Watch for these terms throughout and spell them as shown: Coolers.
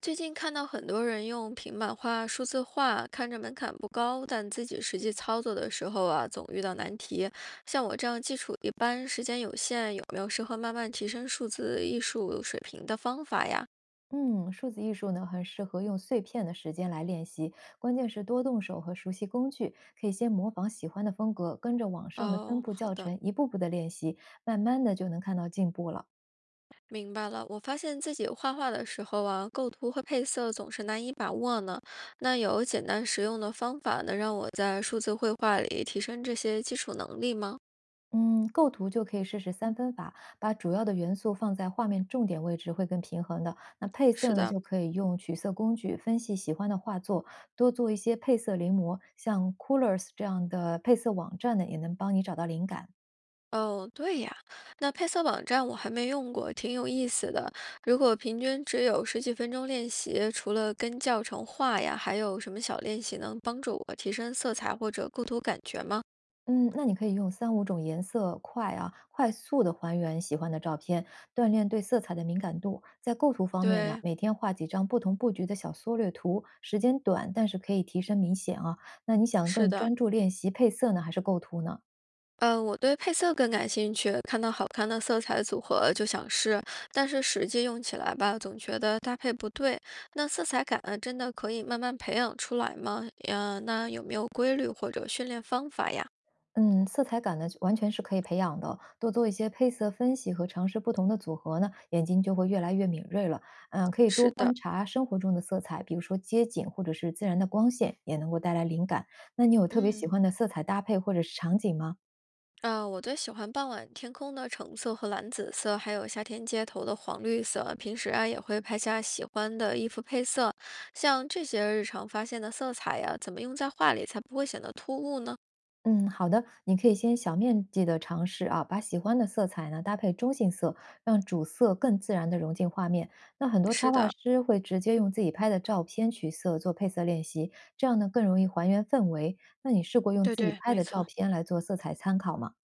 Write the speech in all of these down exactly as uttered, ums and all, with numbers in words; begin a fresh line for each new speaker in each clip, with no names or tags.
最近看到很多人用平板画、数字化，看着门槛不高，但自己实际操作的时候啊，总遇到难题。像我这样基础一般、时间有限，有没有适合慢慢提升数字艺术水平的方法呀？
嗯，数字艺术呢，很适合用碎片的时间来练习，关键是多动手和熟悉工具，可以先模仿喜欢的风格，跟着网上的分
哦，
布
好
教
的，
程一步步的练习，慢慢的就能看到进步了。
明白了。我发现自己画画的时候啊，构图和配色总是难以把握呢。那有简单实用的方法能让我在数字绘画里提升这些基础能力吗？
嗯，构图就可以试试三分法，把主要的元素放在画面重点位置会更平衡的。那配色
是
呢，
的。
就可以用取色工具分析喜欢的画作，多做一些配色临摹，像 Coolers 这样的配色网站呢，也能帮你找到灵感。
哦，对呀，那配色网站我还没用过，挺有意思的。如果平均只有十几分钟练习，除了跟教程画呀，还有什么小练习能帮助我提升色彩或者构图感觉吗？
嗯，那你可以用三五种颜色快啊，快速的还原喜欢的照片，锻炼对色彩的敏感度。在构图方面呢，
对，
每天画几张不同布局的小缩略图，时间短，但是可以提升明显啊。那你想
是
更
的，
专注练习配色呢，还是构图呢？
呃，我对配色更感兴趣，看到好看的色彩组合就想试，但是实际用起来吧，总觉得搭配不对。那色彩感呃真的可以慢慢培养出来吗？呃，那有没有规律或者训练方法呀？
嗯，色彩感呢，完全是可以培养的。多做一些配色分析和尝试不同的组合呢，眼睛就会越来越敏锐了。嗯，可以多
是的，
观察生活中的色彩，比如说街景或者是自然的光线，也能够带来灵感。那你有特别喜
嗯，
欢的色彩搭配或者是场景吗？
呃，我最喜欢傍晚天空的橙色和蓝紫色，还有夏天街头的黄绿色。平时啊，也会拍下喜欢的衣服配色，像这些日常发现的色彩呀、怎么用在画里才不会显得突兀呢？
嗯，好的，你可以先小面积的尝试啊，把喜欢的色彩呢搭配中性色，让主色更自然的融进画面。那很多
是
插画
的，
师会直接用自己拍的照片取色做配色练习，这样呢更容易还原氛围。那你试过用
对
自己
对，
拍
没
的照
错。
片来做色彩参考吗？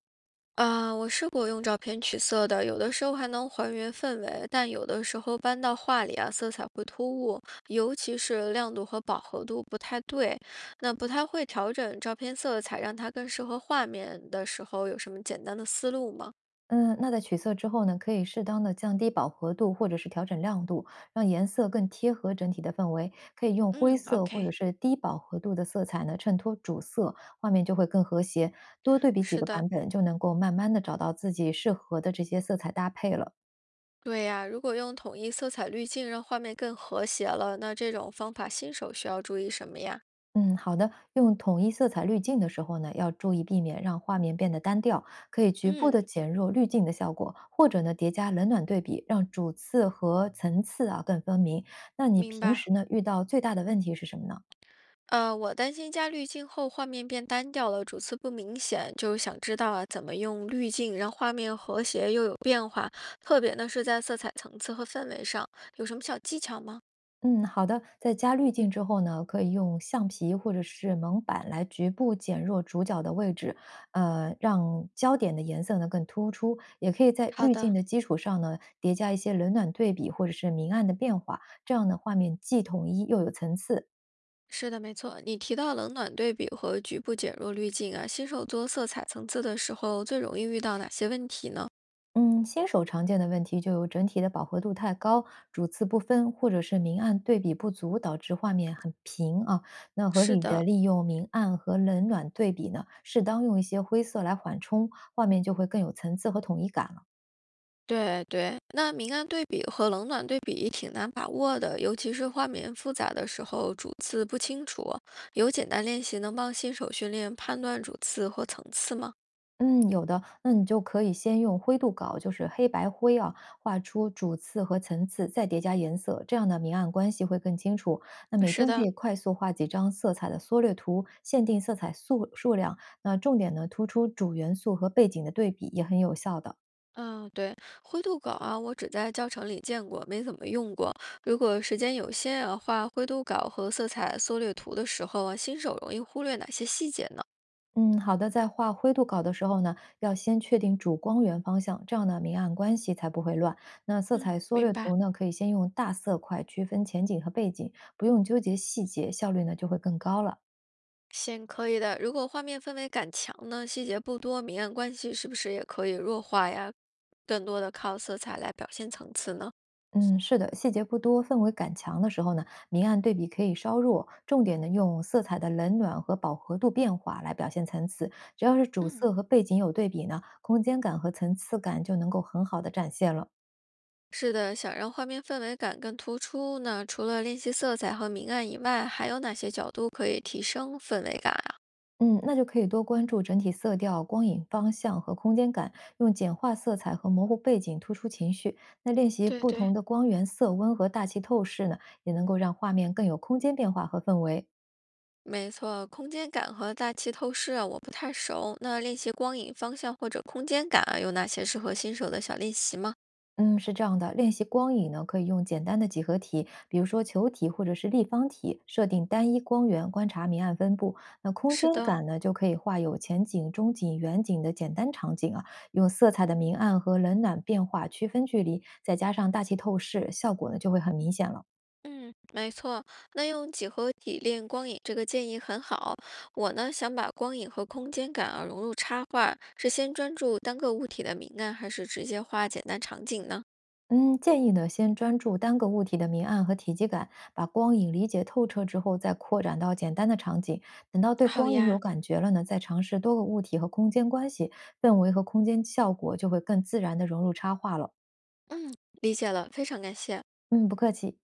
啊，我试过用照片取色的，有的时候还能还原氛围，但有的时候搬到画里啊，色彩会突兀，尤其是亮度和饱和度不太对，那不太会调整照片色彩，让它更适合画面的时候，有什么简单的思路吗？
嗯，那在取色之后呢，可以适当的降低饱和度或者是调整亮度，让颜色更贴合整体的氛围。可以用灰
嗯
色或者
，OK，
是低饱和度的色彩呢，衬托主色，画面就会更和谐。多对比几
是
个
的，
版本，就能够慢慢的找到自己适合的这些色彩搭配了。
对呀，如果用统一色彩滤镜让画面更和谐了，那这种方法新手需要注意什么呀？
嗯，好的。用统一色彩滤镜的时候呢，要注意避免让画面变得单调，可以局部的
嗯，
减弱滤镜的效果，或者呢叠加冷暖对比，让主次和层次啊更分明。那你
明
平
白。
时呢遇到最大的问题是什么呢？
呃，我担心加滤镜后画面变单调了，主次不明显，就是想知道啊，怎么用滤镜让画面和谐又有变化，特别呢是在色彩层次和氛围上，有什么小技巧吗？
嗯，好的。在加滤镜之后呢，可以用橡皮或者是蒙板来局部减弱主角的位置，呃，让焦点的颜色呢更突出。也可以在
好
滤镜
的，
的基础上呢，叠加一些冷暖对比或者是明暗的变化，这样呢，画面既统一又有层次。
是的，没错，你提到冷暖对比和局部减弱滤镜啊，新手做色彩层次的时候，最容易遇到哪些问题呢？
嗯，新手常见的问题就有整体的饱和度太高、主次不分，或者是明暗对比不足，导致画面很平啊。那合
是
理的
的，
利用明暗和冷暖对比呢，适当用一些灰色来缓冲，画面就会更有层次和统一感了。
对对，那明暗对比和冷暖对比挺难把握的，尤其是画面复杂的时候，主次不清楚。有简单练习能帮新手训练判断主次和层次吗？
嗯，有的，那你就可以先用灰度稿，就是黑白灰啊，画出主次和层次，再叠加颜色，这样的明暗关系会更清楚。那每
是
天可
的，
以快速画几张色彩的缩略图，限定色彩数数量，那重点呢突出主元素和背景的对比，也很有效的。
嗯，对，灰度稿啊，我只在教程里见过，没怎么用过。如果时间有限啊，画灰度稿和色彩缩略图的时候啊，新手容易忽略哪些细节呢？
嗯，好的，在画灰度稿的时候呢，要先确定主光源方向，这样呢明暗关系才不会乱。那色
嗯，
彩缩
明
略
白。
图呢，可以先用大色块区分前景和背景，不用纠结细节，效率呢就会更高了。
行，可以的。如果画面氛围感强呢，细节不多，明暗关系是不是也可以弱化呀？更多的靠色彩来表现层次呢？
嗯，是的，细节不多，氛围感强的时候呢，明暗对比可以稍弱，重点呢用色彩的冷暖和饱和度变化来表现层次。只要是主
嗯，
色和背景有对比呢，空间感和层次感就能够很好的展现了。
是的，想让画面氛围感更突出呢，除了练习色彩和明暗以外，还有哪些角度可以提升氛围感啊？
嗯，那就可以多关注整体色调、光影方向和空间感，用简化色彩和模糊背景突出情绪。那练习
对
不同
对，
的光源、色温和大气透视呢，也能够让画面更有空间变化和氛围。
没错，空间感和大气透视啊，我不太熟。那练习光影方向或者空间感啊，有哪些适合新手的小练习吗？
嗯，是这样的，练习光影呢，可以用简单的几何体，比如说球体或者是立方体，设定单一光源，观察明暗分布。那空
是
间
的。
感呢，就可以画有前景、中景、远景的简单场景啊，用色彩的明暗和冷暖变化区分距离，再加上大气透视，效果呢就会很明显了。
嗯，没错，那用几何体练光影这个建议很好。我呢，想把光影和空间感啊融入插画，是先专注单个物体的明暗，还是直接画简单场景呢？
嗯，建议呢，先专注单个物体的明暗和体积感，把光影理解透彻之后，再扩展到简单的场景。等到对
好
光影有
呀，
感觉了呢，再尝试多个物体和空间关系，氛围和空间效果就会更自然的融入插画了。
嗯，理解了，非常感谢。
嗯，不客气。